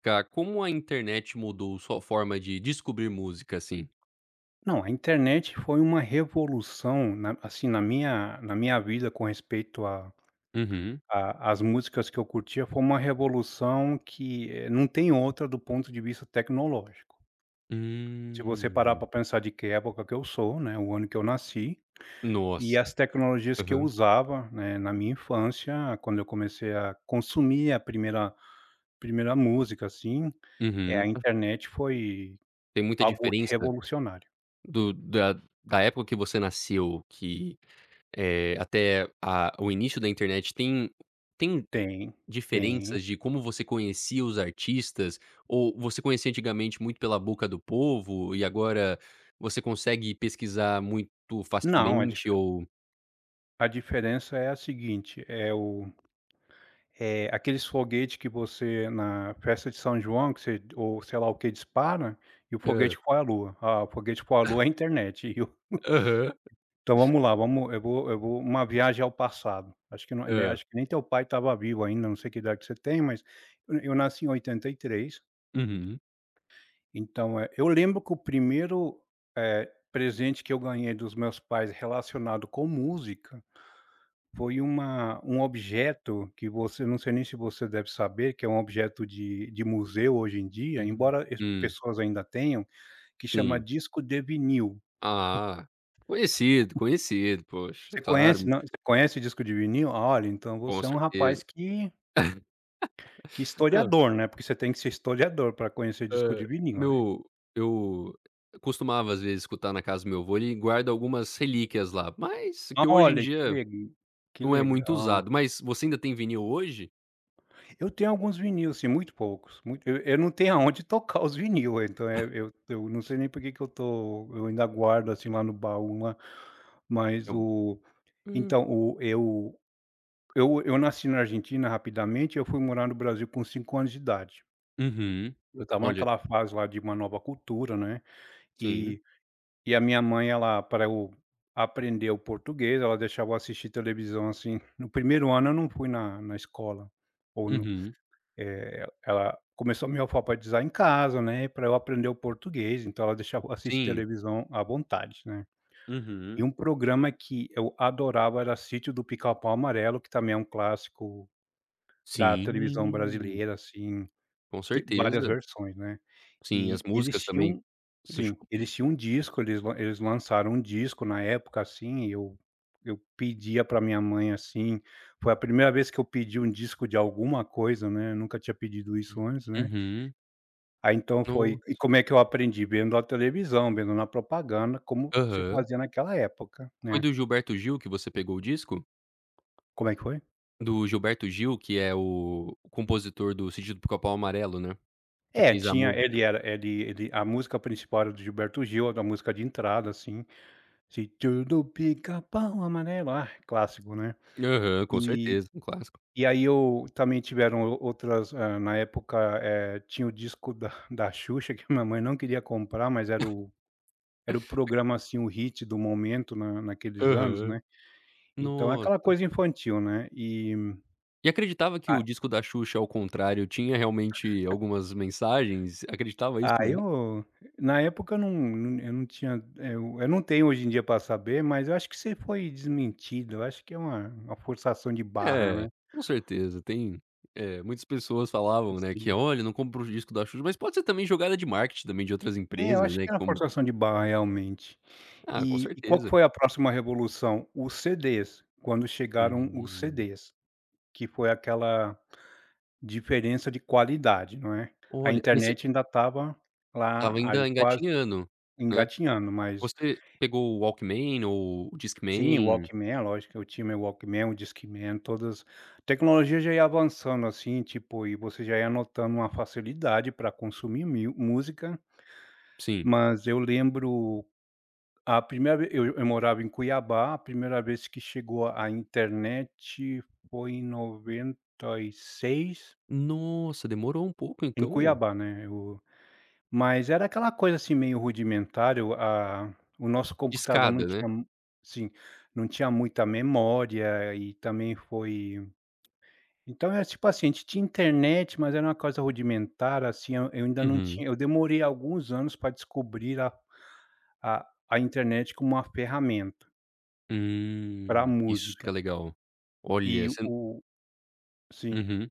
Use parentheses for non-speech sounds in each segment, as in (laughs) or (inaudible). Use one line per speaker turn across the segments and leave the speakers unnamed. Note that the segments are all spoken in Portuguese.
Cá, como a internet mudou sua forma de descobrir música, assim?
Não, a internet foi uma revolução na assim, na minha vida com respeito
Uhum.
a às músicas que eu curtia, foi uma revolução que, não tem outra do ponto de vista tecnológico. Se você parar
Hum.
para pensar de que época que eu sou, né, o ano que eu nasci, e
Nossa.
as tecnologias que eu
Aham.
usava, né, na minha infância, quando eu comecei a consumir a primeira música, assim, a
Uhum.
internet foi
Tem muita
algo
diferença
revolucionário.
do da da época que você nasceu que, até a o início da internet tem
Tem, tem.
diferenças de como você conhecia os artistas? Ou você conhecia antigamente muito pela boca do povo e agora você consegue pesquisar muito
Não,
facilmente ou
A diferença é a seguinte, é aqueles foguete que você na festa de São João que você ou sei lá o que dispara, e o
Hã.
foguete que foi à lua. Ah, o foguete que foi à lua é a internet (laughs) e o
Aham.
então vamos lá, vamos eu vou uma viagem ao passado. Acho que não é,
Hã.
acho que nem teu pai estava vivo ainda, não sei que idade que você tem, mas eu nasci em 83.
Uhum.
Então, eu lembro que o primeiro, presente que eu ganhei dos meus pais relacionado com música foi uma um objeto que, você, não sei nem se você deve saber, que é um objeto de museu hoje em dia,
Hum,
embora es
hum,
pessoas ainda tenham, que chama
sim.
disco de vinil.
Ah, conhecido, conhecido, poxa, é
Você conhece,
claro,
não, você conhece disco de vinil? Olha, então
com
você é um
certeza.
rapaz que
Não,
historiador, né, porque você tem que ser historiador para conhecer disco de
eh,
vinil, né.
meu eu costumava, às vezes, escutar na casa do meu avô, ele guarda algumas relíquias lá, mas que hoje em
Olha,
dia
que
não é muito
legal.
usado. Mas você ainda tem vinil hoje?
Eu tenho alguns vinil, assim, muito poucos, muito eu não tenho aonde (laughs) tocar os vinil, então, eu não sei nem por que que eu ainda guardo, assim, lá no baú lá.
É
Mas
um
o
hum,
então, o eu nasci na Argentina rapidamente, eu fui morar no Brasil com 5 anos de idade.
uhum.
Eu estava
Olha,
naquela fase lá de uma nova cultura, né,
sim,
e e a minha mãe, ela, para eu aprender o português, ela deixava eu assistir televisão, assim. No primeiro ano eu não fui na escola, ou no
uhum,
eh, ela começou a me alfabetizar em casa, né, para eu aprender o português, então ela deixava eu assistir
sim,
televisão à vontade, né. E
uhum,
um programa que eu adorava era Sítio do Pica-Pau Amarelo, que também é um clássico da televisão
sim,
brasileira, assim,
com
tem várias
certeza.
versões, né.
Sim, as
E eles
músicas também
tinham,
do
sim,
Chico.
eles tinham um disco, eles lançaram um disco na época, assim, e eu pedia para minha mãe, assim, foi a primeira vez que eu pedi um disco de alguma coisa, né, nunca tinha pedido isso antes, né.
Uhum,
Aí então foi.
no
E como é que eu aprendi? Vendo a televisão, vendo na propaganda como se
aham.
fazia naquela época,
Foi
né.
do Gilberto Gil que você pegou o disco?
Como é que foi?
Do Gilberto Gil, que é o compositor do Sítio do Pica-Pau Amarelo, né, que
É,
fez a
tinha, ele
música.
era, ele ele a música principal era do Gilberto Gil, a música de entrada, assim, se tudo pica-pau amarelo, ah, clássico, né.
Aham, com
E
certeza, um clássico.
e aí eu também tiveram o outras, na época, tinha o disco da Xuxa que a minha mãe não queria comprar, mas era o programa, assim, o hit do momento na naqueles anos,
Aham.
né. Então é aquela
Nossa.
coisa infantil, né, e
E acreditava que
a
o disco da Xuxa, ao contrário, tinha realmente algumas mensagens? Acreditava isso na
aí
época?
eu, na época, eu não, eu não tinha, eu não tenho hoje em dia para saber, mas eu acho que você foi desmentido, eu acho que é uma forçação de barra,
É,
né,
com certeza, tem. Muitas pessoas falavam, né, que:
assim.
"Olha, não compro o disco da Xuxa", mas pode ser também jogada de marketing também de outras
É, eu
empresas,
acho
né,
que é uma
como
forçação de barra realmente.
ah, com
E qual que
certeza.
foi a próxima revolução? Os CDs, quando chegaram os
Hum.
CDs, que foi aquela diferença de qualidade, não é. A
Olha, mas
internet ainda estava lá,
estava ainda
ali quase
engatinhando, né.
engatinhando, mas...
Você pegou o Walkman ou o
Sim,
Discman?
Walkman, lógico, eu tinha meu Walkman, o Discman, todas. A tecnologia já ia avançando, assim, tipo, e você já ia notando uma facilidade para consumir mil música,
Sim.
mas eu lembro a primeira ve eu morava em Cuiabá, a primeira vez que chegou a internet foi em 96
Nossa, demorou um pouco
em
então.
Cuiabá, né. Mas era aquela coisa, assim, meio rudimentar, o nosso computador não
Discada, né.
tinha, mu sim, não tinha muita memória e também foi. Então era, tipo assim, a gente tinha internet, mas era uma coisa rudimentar, assim, eu ainda não
Uhum.
tinha, eu demorei alguns anos para descobrir a internet como uma ferramenta para
Isso que
música.
é legal.
E
Olha, você
o sim,
uhum.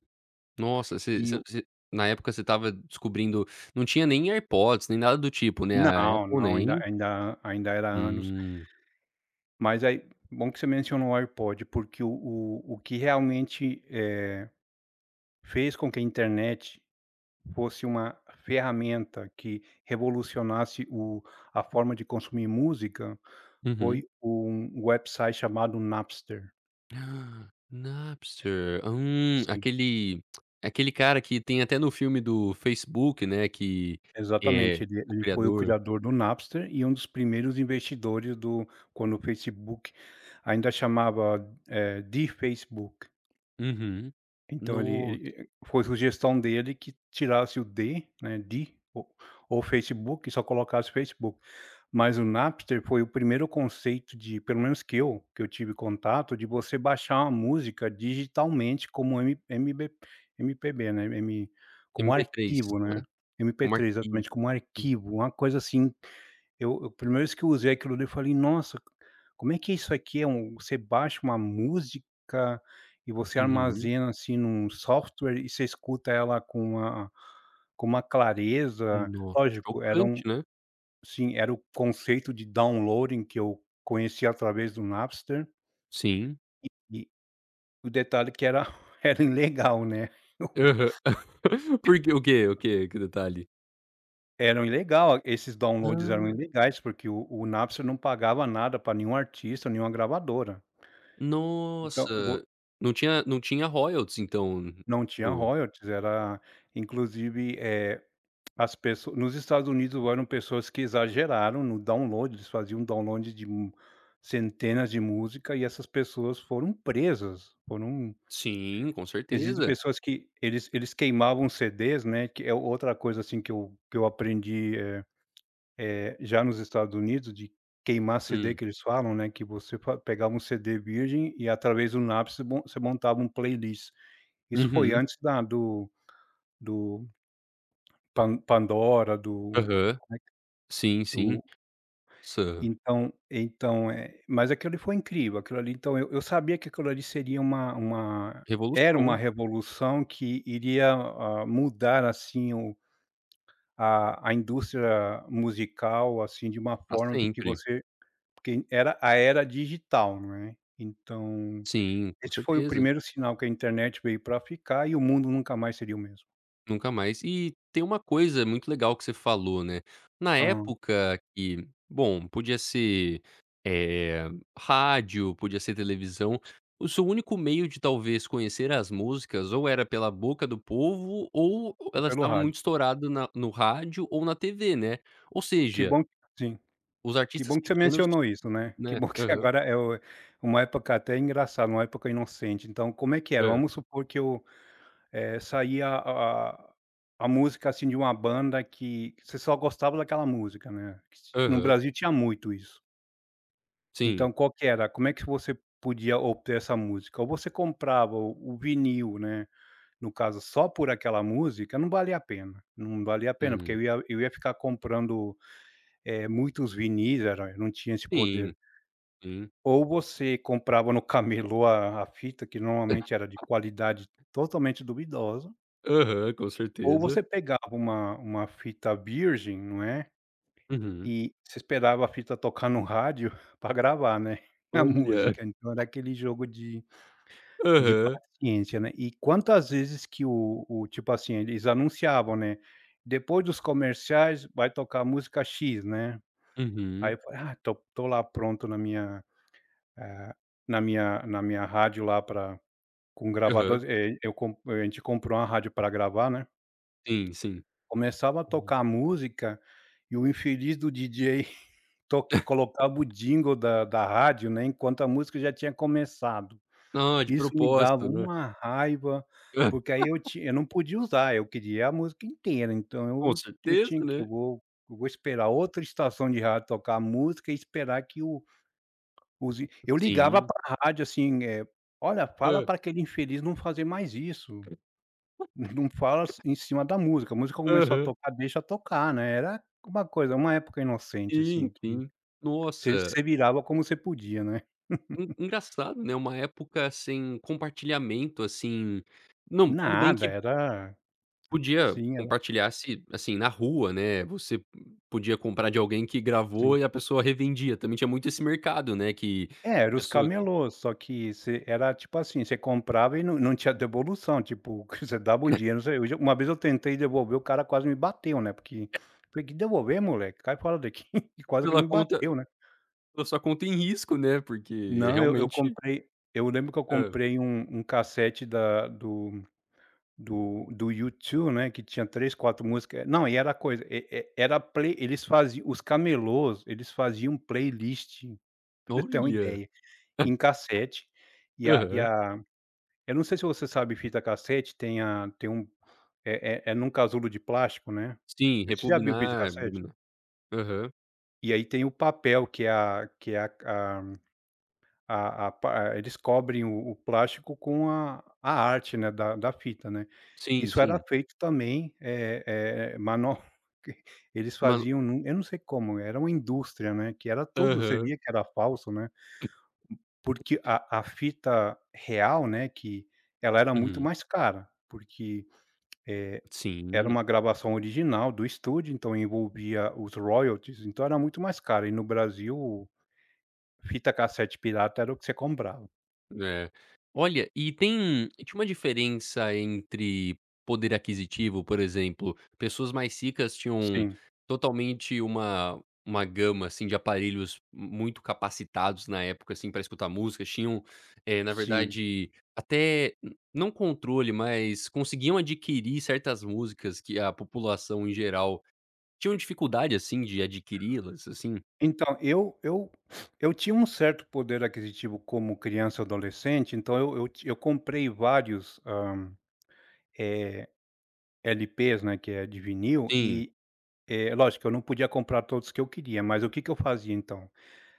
Nossa, você
e o
na época você estava descobrindo não tinha nem AirPods, nem nada do tipo, né, a
não,
Apple
não, ainda
nem
ainda ainda era anos.
hum,
Mas aí bom que você mencionou o iPod porque o que realmente, fez com que a internet fosse uma ferramenta que revolucionasse o a forma de consumir música,
uhum.
foi um website chamado Napster.
Ah, Napster,
Sim,
aquele cara que tem até no filme do Facebook, né, que é
exatamente, ele
o
ele foi o
criador
criador do Napster e um dos primeiros investidores do quando o Facebook ainda chamava, de Facebook.
uhum.
Então ele
Nossa,
ele foi sugestão dele que tirasse o D, né, de ou Facebook e só colocasse Facebook. Mas o Napster foi o primeiro conceito de, pelo menos que eu tive contato, de você baixar uma música digitalmente como M MB, MPB, né, M como
MP3,
arquivo, né,
né,
M P
como
três
arquivo.
exatamente, como arquivo, uma coisa assim. Eu, primeira vez que eu usei aquilo ali, eu falei: "Nossa, como é que é isso aqui? Você baixa uma música e você
Uhum.
armazena, assim, num software e você escuta ela com uma clareza".
Nossa,
Lógico, era
chocante,
um.
né.
Sim, era o conceito de downloading que eu conheci através do Napster
Sim.
e o detalhe é que era (laughs) era ilegal, né. (laughs)
Aham. (laughs) Por O quê? O quê? Que detalhe?
Eram ilegal, esses downloads eram
Ah,
ilegais, porque o Napster não pagava nada para nenhum artista, nenhuma gravadora. Então, vo
nossa, não tinha royalties então
Não tinha
do
royalties, era, inclusive, as pessoas nos Estados Unidos eram pessoas que exageraram no download, eles faziam download de mu centenas de música e essas pessoas foram presas, foram
sim, com
existem
certeza.
pessoas que eles queimavam CDs, né, que é outra coisa, assim, que eu aprendi, já nos Estados Unidos, de queimar CD
Hum.
que eles falam, né, que você fa pegava um CD virgem e através do um você mon você montava um playlist. Isso foi
Uhum.
antes da do do Pandora, do
Aham. Sim, sim.
do
Nossa,
então, mas aquilo ali foi incrível, aquilo ali então eu sabia que aquilo ali seria uma era uma
revolução,
revolução que iria, mudar, assim, o a indústria musical, assim, de uma
pra
forma porque
sempre.
você porque era a era digital, né. Então,
Sim, com
esse foi o
certeza,
primeiro sinal que a internet veio pra ficar e o mundo nunca mais seria o mesmo.
nunca mais. E tem uma coisa muito legal que você falou, né, na
Aham.
época que, bom, podia ser, eh, rádio, podia ser televisão, o seu único meio de talvez conhecer as músicas ou era pela boca do povo ou
Ou
elas
pelo
estavam
rádio.
muito estouradas na no rádio ou na TV, né. Ou
Que
seja,
bom. Sim.
os
Que
artistas
bom que você
pequenos,
mencionou isso, né. (laughs) Que
né
bom que
aham,
agora é o uma época até engraçada, uma época inocente. Então, como é que era?
hã,
Vamos supor que eu, saía a música, assim, de uma banda que você só gostava daquela música, né. Que se- No
aham,
Brasil tinha muito isso.
sim,
Então qual que era? Como é que você podia obter essa música? Ou você comprava o vinil, né, no caso só por aquela música, não valia a pena, não valia a pena, porque
uhum,
eu ia ficar comprando, muitos vinis, era eu não tinha esse
sim,
poder.
sim.
Ou você comprava no camelô a fita, que normalmente era de qualidade totalmente duvidosa,
Aham, com
ou
certeza.
você pegava uma fita virgem, não é,
Uhum.
e você esperava a fita tocar no rádio (laughs) para gravar, né, a
Olha.
música. Então era aquele jogo de
Aham.
paciência, né. E quantas vezes que o tipo assim, eles anunciavam, né, depois dos comerciais vai tocar a música X, né. Aí
Uhum.
eu falei: "Ah, tô lá pronto na minha, eh, na minha rádio lá para...". Com gravadores,
Aham.
eu com a gente comprou uma rádio pra gravar, né,
Sim, sim.
começava a
Hum.
tocar a música e o infeliz do DJ (laughs) to colocava o jingle da rádio, né, enquanto a música já tinha começado.
Ah, de
Isso me dava
propósito, né.
uma raiva,
Hã,
porque aí eu não podia usar, eu queria a música inteira, então
com
eu
certeza,
tinha que
né.
eu vou esperar outra estação de rádio tocar a música e esperar que o os eu ligava
Sim.
pra rádio, assim: "Olha, fala
Hã.
pra aquele infeliz não fazer mais isso". Não fala em cima da música, a música começou a
Aham.
tocar, deixa tocar, né, era uma época inocente, assim,
Sim,
que
sim.
você
Nossa,
virava como você podia, né.
en engraçado, né, uma época sem compartilhamento, assim não, tudo bem
Nada,
que
era,
podia
sim, era,
compartilhar se, assim, na rua, né, você podia comprar de alguém que
sim.
gravou e a pessoa revendia, também tinha muito esse mercado, né, que
É, era
a
os
pessoa que
camelôs, só que você era tipo assim, você comprava e não tinha devolução, tipo, (laughs) que você dava o dinheiro, você hoje uma vez eu tentei devolver, o cara quase me bateu, né, porque falei: "Que devolver moleque, cai fora daqui", (laughs) e quase que ele
pela
me bateu,
conta.
né.
A sua conta em risco, né, porque
Não,
realmente
eu lembro que eu
hã.
comprei um cassete da do Do do U2, né, que tinha 3 4 músicas. Não, e era coisa e era play eles faziam os camelôs, eles faziam playlist, pra você ter uma
Olha!
ideia, em cassete, e
Aham.
a eu não sei se você sabe fita cassete, tem a tem um num casulo de plástico, né.
Sim,
Você já viu o fita
repugnar,
cassete?
repugnar. Aham.
E aí tem o papel que é a A a pa a- eles cobrem o plástico com a arte, né, da fita, né.
Sim,
Isso era
sim.
feito também, mano (laughs) eles
Mano
faziam num eu não sei como, era uma indústria, né, que era tudo, você
aham.
via que era falso, né, porque a fita real, né, que ela era muito
Uhum.
mais cara, porque, eh, era
Sim.
uma gravação original do estúdio, então envolvia os royalties, então era muito mais cara, e no Brasil, fita cassete pirata era o que você comprava.
É. Olha, e tem tinha uma diferença entre poder aquisitivo, por exemplo, pessoas mais ricas tinham
Sim.
totalmente uma gama, assim, de aparelhos muito capacitados na época, assim, para escutar música. Tinham, na
Sim.
verdade, até n não controle, mas conseguiam adquirir certas músicas que a população em geral tinham dificuldade, assim, de adquiri-las, assim?
Então, eu eu tinha um certo poder aquisitivo como criança e adolescente, então eu comprei vários, eh, LPs, né, que é de vinil
Sim.
e, lógico eu não podia comprar todos que eu queria, mas o que que eu fazia então?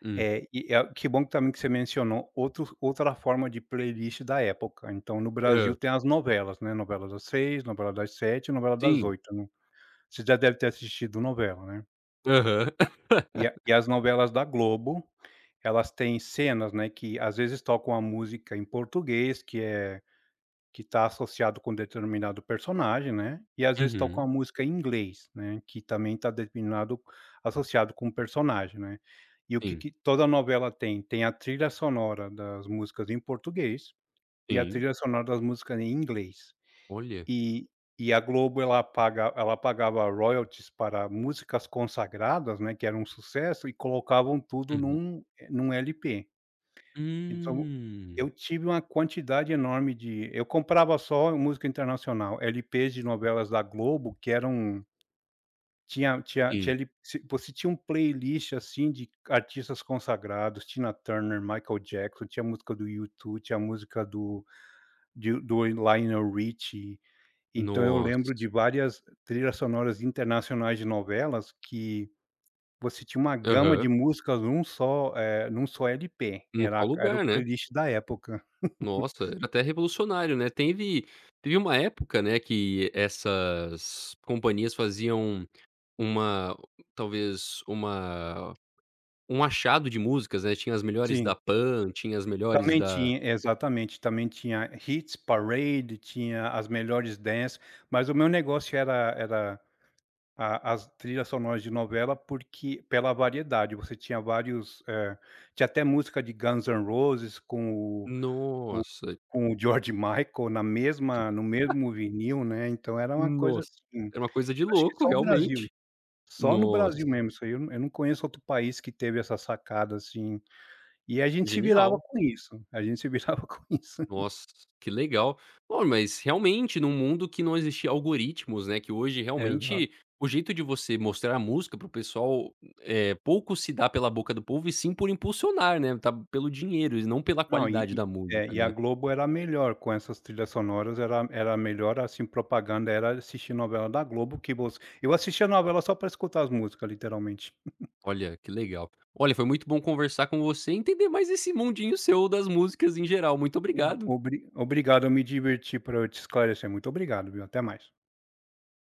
Hum.
É e a Que bom também que você mencionou outros outra forma de playlist da época. Então no Brasil
Hã.
tem as novelas, né, novela das 6, novela das 7, novela das
Sim.
oito, né. Você já deve ter assistido novela, né?
Aham.
E
(laughs)
a e As novelas da Globo, elas têm cenas, né, que às vezes tocam a música em português, que é que está associado com determinado personagem, né, e às vezes tocam a
Uhum.
música em inglês, né, que também está determinado associado com o personagem, né. E o que
Sim.
que toda novela tem? Tem a trilha sonora das músicas em português e a
Sim,
trilha sonora das músicas em inglês.
olha.
E e a Globo ela paga ela pagava royalties para músicas consagradas, né, que eram um sucesso, e colocavam tudo
Uhum.
num num LP. Então,
Hum,
eu tive uma quantidade enorme de eu comprava só música internacional, LPs de novelas da Globo que eram tinha tinha
sim.
tinha ele se você tinha um playlist, assim, de artistas consagrados, Tina Turner, Michael Jackson, tinha música do YouTube, tinha música do de do Lionel Richie, então eu lembro
Nossa.
de várias trilhas sonoras internacionais de novelas que você tinha uma gama de
Aham.
músicas num só, num só LP,
Num só
era era o
lugar, né.
playlist da época.
Nossa, era até revolucionário, né. Teve uma época, né, que essas companhias faziam uma talvez uma um achado de músicas, né, tinha as melhores da
Sim,
Pan, tinha as melhores
também
da
tinha exatamente, também tinha Hits, Parade, tinha as melhores dance, mas o meu negócio era a as trilhas sonoras de novela, porque pela variedade, você tinha vários, tinha até música de Guns N' Roses o
nossa,
com o George Michael na mesma no mesmo vinil, né, então era uma coisa
nossa,
assim,
era uma coisa de
eu acho que
louco
só o Brasil,
realmente.
só no
Nossa,
Brasil mesmo, isso aí eu não conheço outro país que teve essa sacada, assim, e a gente se virava
genial.
com isso, a gente se (laughs) virava com isso.
Nossa, que legal. Ó, mas realmente num mundo que não existia algoritmos, né, que hoje
Exato.
realmente o jeito de você mostrar a música pro pessoal, pouco se dá pela boca do povo e sim por impulsionar, né, tá pelo dinheiro e não pela
Não,
qualidade da música,
e a
né.
Globo era a melhor com essas trilhas sonoras, era era a melhor, assim, propaganda era assistir novela da Globo que você eu assistia novela só para escutar as músicas, literalmente.
Olha, que legal. Olha, foi muito bom conversar com você e entender mais esse mundinho seu das músicas em geral. Muito obrigado.
Obrigado, eu me diverti, para eu te esclarecer, muito obrigado, viu, até mais.